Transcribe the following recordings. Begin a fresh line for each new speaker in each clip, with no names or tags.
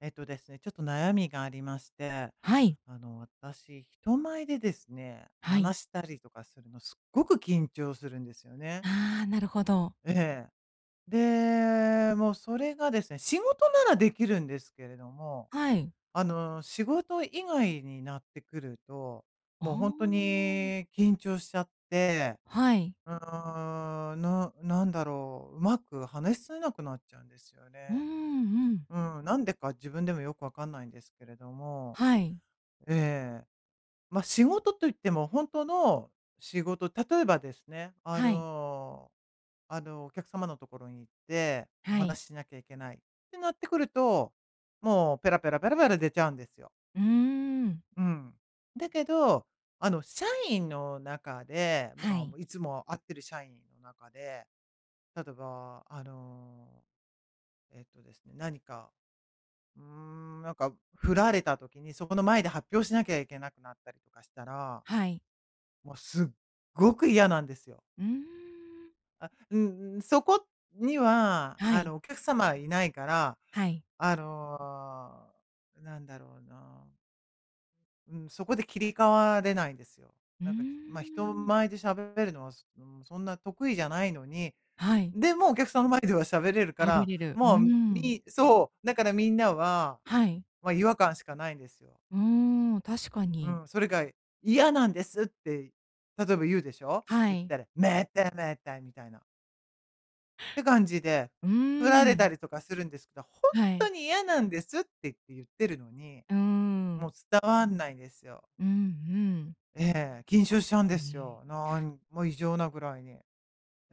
えっとですね、ちょっと悩みがありまして、
はい、
あの、私、人前でですね、お
はい。
話したりとかするの、すっごく緊張するんですよね。
ああ、なるほど。
ええ。で、もうそれがですね、仕事ならできるんですけれども、
はい。
あの、仕事以外になってくると、
あ
もう本当
あ、
に緊張しちゃって、
はい。
うーなんだろう、うまく話しせなくなっちゃうんですよ
うん
ね。
うん。
うなんでか自分でもよくわかんないんですけれども、
はい、
ええ。ま、仕事と言っても、本当の仕事例えばですね、あ
はい、
のあの、お客様のところに行って、お
はい。
話ししなきゃいけないってなってくると、もうペラペラペラペラ出ちゃうんですよ。
うーん。
うん。だけど、あの、社員の中で、
は
まあ、も
い、
ういつも会ってる社員の中で、例えば、あの、えっとですね、何か、なんか振られた時に、そこの前で発表しなきゃいけなくなったりとかしたら
はい。
もうすっごく嫌なんですよ。
うーん。
あ、うんうん、そこには、
は
あ
い、
の、お客様いないから、
はい。
あの、なんだろうな、うん、そこで切り替われないんですよ。
う
なんか、
ー
まあ、人前
ん。
で喋るのは、うん、そんな得意じゃないのに、
はい、
でもお客さんの前では喋れるか
食べ
ら、
れる。うー
もう
ん。
みそう、だからみんなは、
はい。
まあ、違和感しかないんですよ。
うーん、確か
う
に。
ん、それが「嫌なんです」って、例えば言うでしょ。
は
言っ
い。
たら「めでめで」みたいな。って感じで、
うー
振られた
ん。
りとかするんですけど、本
は
当
い。
に嫌なんですって言ってるのに、
うー
もう
ん。
伝わんないんですよ。
うんうん。
ええ、緊張しち
確
ゃうん
か
です
に。
よ。もう異常なぐらいに。え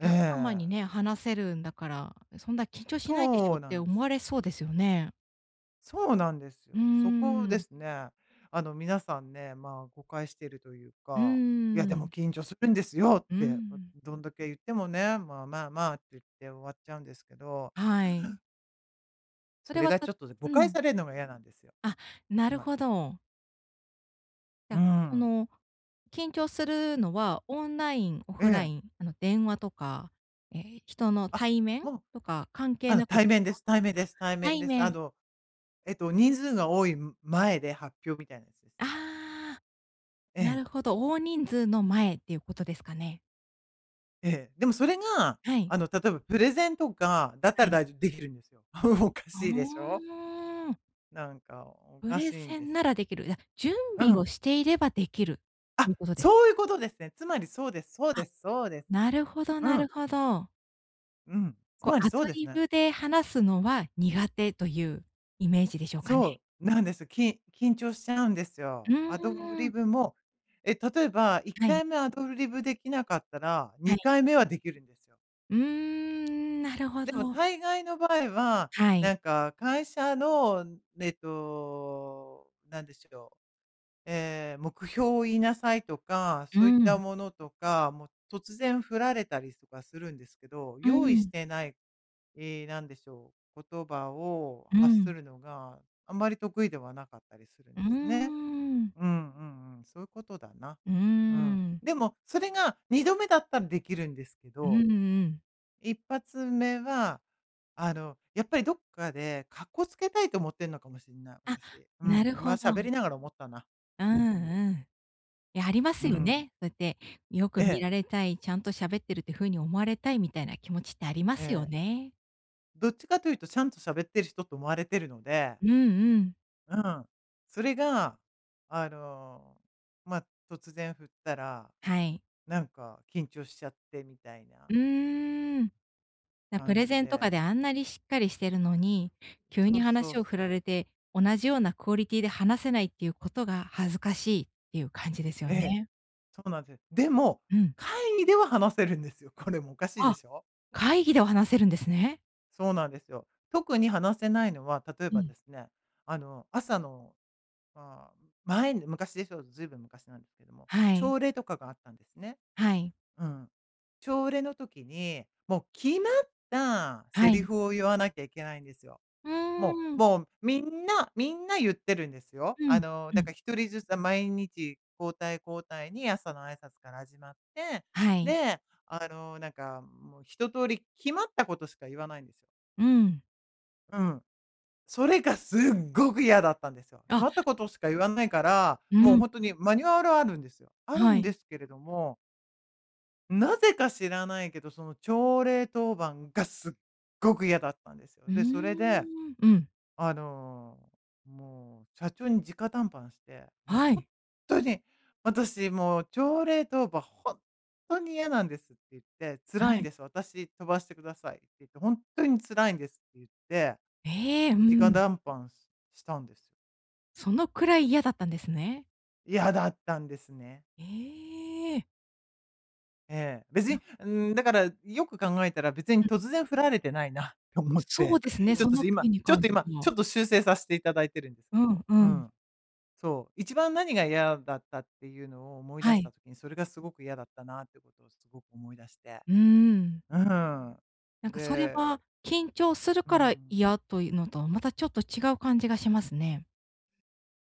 お客様にね、話せるんだから、そんな緊張しないでしょ
そ
っ
うな
て
んで
思
す。
われそうですよね。
そうなんです
うー
よ。そこをで
ん。
すね。あの、皆さんね、まあ、誤解しているという
うー
か、いや、でも
ん。
緊張するんですよっ
うー
て、
ん。
どんだけ言ってもね、まあまあまあって言って終わっちゃうんですけど、
はい。そ
そ
れ
れ
は
がち
た
ょっと誤
う
解
ん。
されるのが嫌なんですよ。
あ、な
つ
る
まり。
ほど。じ
う
ゃ、そ
ん。
の、緊張するのはオンライン、オ
え
フラ
え。
イン、あの、電話とか、ええ、人の
あ、
対面
もう、
とか関係
あの、
なくで
対面
す
で
か？
す、対面で
あ、
す、対面
対
です。あ
面。
の、人数が多い前で発表みたいなやつですね。
ああ、
え
な
え。
るほど、大人数の前っていうことですかね。
ええ、でもそれが、
はい、
あの、例えばプレゼンとかだった
は
ら
い。
大丈夫できるんですよ。おかしいでし
あ
ょ？
あ。
なんかお
プ
か
レ
しいん
ゼ
で
ン
す
な
よ。
らできる。いや、準
う
備
ん。
をしていればできると
あ、
いうことです。
そういうことですね。つまりそうですそう
あ、
ですそうです。
なるほど
う
なる
ん、
ほど。
うん。つ
こ
まり
うア
そう
ド
です
リ
ね。
ブで話すのは苦手というイメージでしょうかね。
そうなんです。緊張しちゃうんです
う
よ。アド
ー
リ
ん、
ブも、例えば1
はい、
回目アドリブできなかったら、
はい。
2回目はできるんですよ。
うーん、なるほ
でも
ど。
大概の場合は、
は
な
い。
んか会社の、なんでしょう、目標を言いなさいとか、
う
そういった
ん、
ものとか、もう突然振られたりとかするんですけど、
う
用意し
ん、
てない、なんでしょう、言葉を
う
発す
ん、
るのがあんまり得意ではなかったりするん
うー
ですね。
ん、
うんうんうん、そういうことだな。
うー
うん。
ん、
でも、それが2度目だったらできるんですけ
うん
ど、
うん。
1発目はやっぱりどっかでかっこつけたいと思ってんのかもしれない、
あ、
私。う
な
ん、
る
今
ほど。
喋りながら思ったな。
う
うんうん。
んうん。いや、ありま
う
すよ
ん。
ね。そうやってよ
え
く見
え、
られたい、ちゃんと喋ってるって風に思われたいみたいな気持ちってありま
え
すよ
え。
ね。
どっちかというとちゃんと喋ってる人と思われてるので、
うんうん。
うん。それが、あの、まあ、突然振ったら、
はい。
なんか緊張しちゃってみたいな
うーん。なプ
感
レ
じ
ゼンとか
で、
であんなにしっかりしてるのに、急
そ
に
うそう
話を振
そ
ら
う。
れて、同じようなクオリティで話せないっていうことが恥ずかしいっていう感じですよ
ええ、
ね。
そうなんです。でも、
うん。
会議では話せるんですよ。これもおかしいで
あ、
しょ？
会議では話せるんですね。
そうなんですよ。特に話せないのは、例え
う
ば
ん。
ですね、あの、朝の、まあ、前に昔でしょう、ずいぶん昔なんですけども、
はい。
朝礼とかがあったんですね。
はい。
うん。朝礼の時に、もう決まったセ
は
リ
い。
フを言わなきゃいけないんですよ。
うー
もう、
ん。
もうみんな言ってるんですよ。
う
あ
ん。
の、
う
だ
ん。
から一人ずつ、毎日交代交代に朝の挨拶から始まって、
はい。
で、あの、なんか、もう一通り決まったことしか言わないんですよ。
うん。
うん。それがすっごく嫌だったんですよ。決
あ、
まったことしか言わないから、
う
もう
ん。
ほんとにマニュアルあるんですよ。ある
は
んで
い。
すけれども、なぜか知らないけど、その朝礼当番がすっごく嫌だったんですよ。
うー
で、それで、
ん、うん、
あの、もう社長に直談判して、もう
は
ほん
い、
とに「私もう朝礼当番ほんとに嫌なんです」って言って、
は
「辛いん
い。
です。私飛ばしてください」って言って、「ほんとに辛いんです」って言って、
ええ、う
直
ん。
談判ししたんですよ。
そのくらい嫌だったんですね。
嫌だったんですね。
ええ。
ええ。別に、
な
だから、よく考えたら別に
うん。
突然振られてないな って思っ
そう
て、
ですね、その件に
ちょっ
関
と
し
今、
て
ちょっ
は。
と修正させていただいてるんです
う
けど、
んう
う
ん。
ん。そう、一番何が嫌だったっていうのを思い出
は
した
い。
時に、それがすごく嫌だったなってことをすごく思い出して。
うーん。
うん。
なんかそれ
で、
は、緊張する
う
から
ん。
嫌というのとはまたちょっと違う感じがしますね。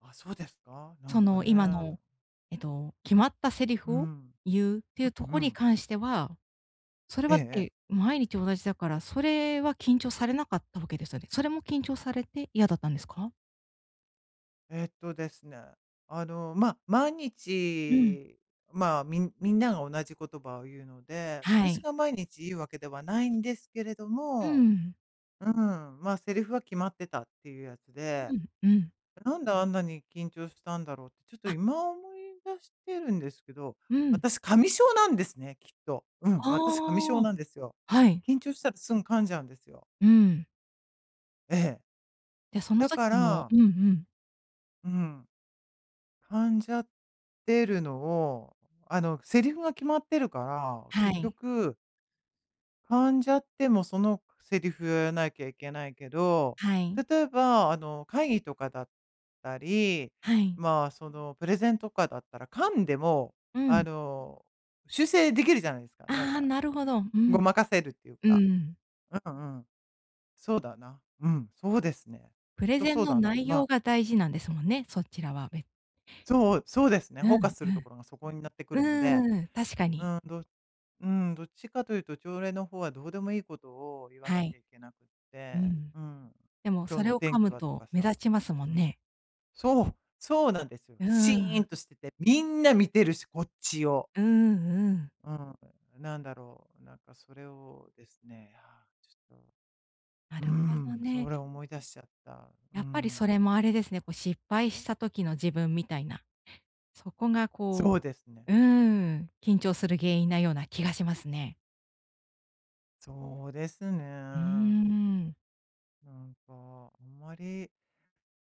あ、そうですか？な
そ
んか
の
ね。
今の、えっと、決まったセリ
う
フを
ん。
言うっていう
う
と
んう
こに
ん。
関してはそれ
え
はだっ
えええ
て、毎日同じだから、それは緊張されなかったわけですよね。それも緊張されて嫌だったんですか？
えっとですね、あの、ま、毎
うん。
日、まあ、みんなが同じ言葉を言うので、
は
私
い。
が毎日言うわけではないんですけれど
う
も、
ん。
うん、まあ、セリフは決まってたっていうやつで、
うん、うん。
なんであんなに緊張したんだろうって、ちょっと
あ、
今思い出してるんですけど、
うん。
私噛み症なんですね、きっと。うん、
あ
私噛み症
あ、
なんですよ。
はい。
緊張したらすぐ噛んじゃうんですよ。
うん。
ええ。
で、その
だか
時も、
ら
うんうん。
うん。感じちゃってるのを、あの、セリフが決まってるから、
は
結
い。
局、感じちゃってもそのセリフをやらなきゃいけないけど、
はい。
例えば、あの、会議とかだったり、
はい。
まあ、その、プレゼンとかだったら、噛んでも、
う
あ
ん。
の、修正できるじゃないですか。なん
ああ、
か、
なるほど。うん。
ごまかせるっていう
う
か。
ん。
うんうん。そうだな。うん、そうですね。
プ
きっ
レ
と
ゼン
そう
の
だな。
内容
今、
が大事なんですもんね。そちらは、
そう、そうですね。フォー
う
カ
ん
スするところが
う
そこになってくるので、
ん。うーん、確か
う
に。
ん、うん、どっちかというと朝礼の方はどうでもいいことを言わ
は
なきゃ
い。
いけなくっ
う
て、
ん。
うん、
でも
今
そ
日の
れ
お
を噛
天気
む
はと
と
か
目
さ、
立ちますも
う
ん
ん、
ね。
そう、そうなんですよ。
う
シーン
ん、
としてて、みんな見てるし、こっちを。
うんうん。
うん、なんだろう、なんかそれをですね、ちょっと、
な
う
るほど
ん、そ
ね。
れを思い出しちゃった。う
やっぱりそ
ん、
れもあれですね、こう失敗した時の自分みたいな、そこが
そ
こ
うですね。
う、うーん、緊張する原因なような気がしますね。
そうです
うー
ね。
ん、
なんか、あんまり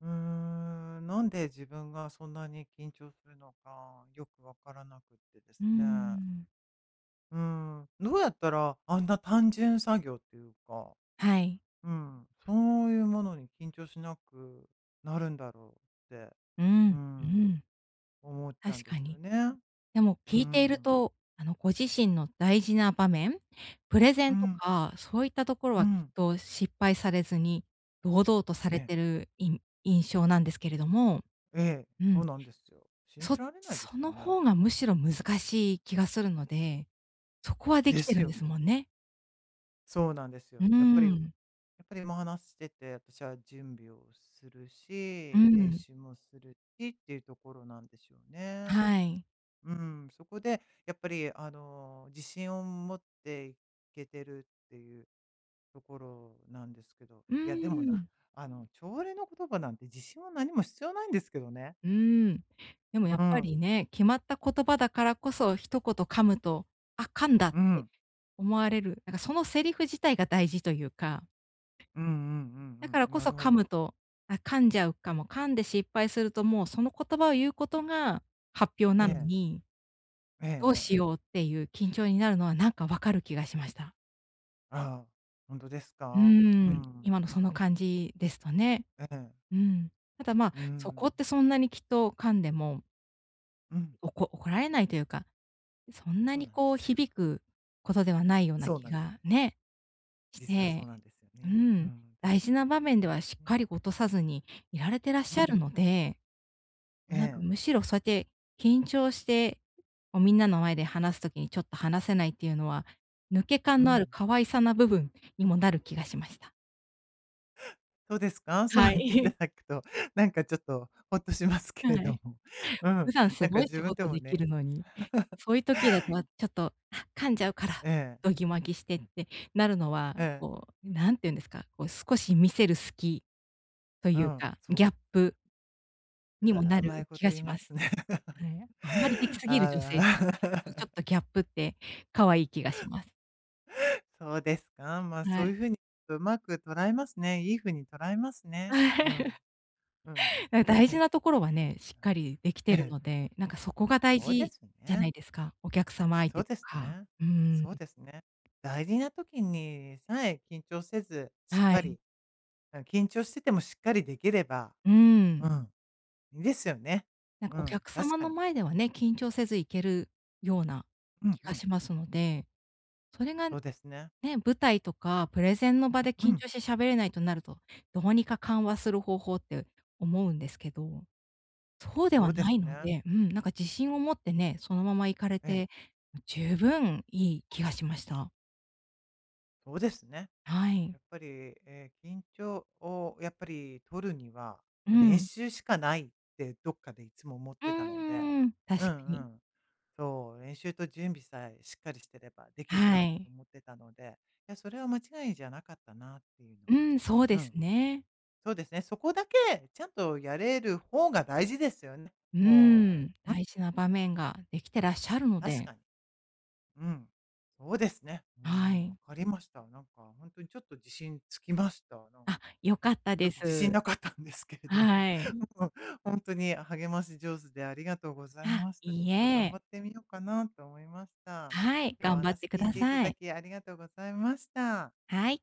うーなんで自分がそんなに緊張するのかよくわからなくってです
うー
ね。
ん。
うん、どうやったらあんな単純作業っていうか、
はい。
うん、そういうものに緊張しなくなるんだろうって、
う
う
ん、う
ん、
ん、
思っちゃうん
確
で
か
すよ
に。
ね。
でも
う
聞いている
ん、
と、あのご自身の大事な場面、プレゼ
う
ンと
ん、
か、そういったところ
う
はきっ
ん、
と失敗されずに、堂々とさ
え
れ
え、
てる印象なんですけれども、
ええ、
う
そ
ん。
うなんですよ。信じ
そ
られないです
そ
よ
の
ね。
方がむしろ難しい気がするので、そこはで
で
きて
す
るん
よ
です
ね。
もんね。
そうなんですよ。
うー
やっぱりや
ん。
っぱり今話してて、私は準備をする
う
し、練
ん。
習もするしっていうところなんでしょうね。
はい。
うん、そこでやっぱり、あの、自信を持っていけてるっていうところなんですけど、
うー
いや、でもな、
ん。
あの、朝礼の言葉なんて自信は何も必要ないんですけどね。
うーん。でもや
う
っぱ
ん、
りね、決まった言葉だからこそ、一言噛むと、あ、噛んだっ
う
て
ん、
思われる、なんかそのセリフ自体が大事というか、
うんうんう
だか
ん
ら
うん、
こ
な
そ
るほ
噛む
ど。
と、あ、噛んじゃうかも、噛んで失敗するともうその言葉を言うことが発表
え
なの
え、
に、
ええ、え
どう
え、
し
え
よ
え
うっていう緊張になるのはなんかわかる気がしました。
ああ、本当です
う
か？う
ーん、
ん、
今のその感じですとね。
ええ、
うん。ただ、まあ、
う
そこ
ん、
ってそんなにきっと噛んでも、
うん。
怒られないというか、そんな
そう
に
なんで
こう
すよ。
響くことではないような
そう
気
なんです
が
よ。
ね、し
実はそう
て、
なんですよ
う
ね。う
ん、
ん、
大
確か
事
に。
な場面ではしっかり落とさずにいられてらっ
う
し
ん、ね、
ゃ
う
る
ん、
ので、
え
なんか
え、
むしろそうやって緊張して、こうみんなの前で話す時にちょっと話せないっていうのは、抜け
う
感のある
ん。
可愛さな部分にもなる気がしました。
そうですか？そう
は
言っていた
い。
だくと、なんかちょっとほっとします けれ
は
ど
い。
も。う
普
ん、
段す
なんか
ごい
自
仕
分で
事
も
でき
ね。
るのに、そういう時だと、あ、ちょっと、あ、噛んじゃうから、
ええ、
どぎまぎしてってなるのは、
ええ、
こう、何て言うんですか、こう少し見せる隙と
う
いう
ん、
か、
そ
ギ
う。
ャップ
う
にも
わ、
な
うまい
る
こ
気
と
が
言い
し
ま
ます。
すね。
はい。あんまりでき すぎる女性
あ
ってね、そのちょ
あ、
っとギャップって可愛い気がします。
そうですか。まあ、
は
そういう
い。
ふうにうまく捉えますね。いいふうに捉えますね。うん、うん、そ
な
う
んか
です
大事
ね。
なところはね、しっかりでき
え
てる
え、
ので、なんかそこが大
そうで
事
す
じゃな
ね。
いですか。お客様相
そ
手
うで
と
す
か。
ね。
うー
そう
ん。
ですね。大事な時にさえ緊張せず、しっ
は
か
い。
り、うん、緊張しててもしっかりできれば、
うー
う
ん。
ん、いいですよね。
なんか
う
お
ん、
客
確
様
か
の
に。
前ではね、緊張せずいけるような
うん
気
う
が
ん。
しますので、それが
そ
ね、
うですね。
舞台とかプレゼンの場で
う
緊
ん、
張して喋れないとなると、どうにか緩和する方法って思うんですけど、そうで
そ
は
うで
な
す
いの
ね。
で、うん、なんか自信を持ってね、そのまま行かれ
ええ、
て、十分いい気がしました。
そうですね。
は
や
い。
っぱり、緊張をやっぱり取るには、
う
練
ん。
習しかないってどっかでいつも思っ
う
てたので。
ーん、確
うん
か
う
に。
ん。そう、練習と準備さえしっかりしてればで
は
きるなと
い。
思ってたので、いや、それは間違いじゃなかったなっていう
う
のは。
ん、そうで
う
す
ん。
ね。
そうですね。そこだけちゃんとやれる方が大事ですよね。
う
も
ん、大事な場面ができてらっしゃるの
う、確
で、
かに。うん。そうですね。う
は
ん、わ
い。
かりました。なんか、本当にちょっと自信つきました。なん
あ、
か。
良かった
ちょっ
で
と自信
す。
なかったんですけれども、
はい。
うん、に励まし上手でありがとうござい
あ、
ました。
い
ちょ
い
っと頑
え。
張ってみようかなと思いました。
はい、
今日はお
頑張っ
話
てく
聞い
だ
ていた
さ
だ
い。
きありがとうございました。
はい。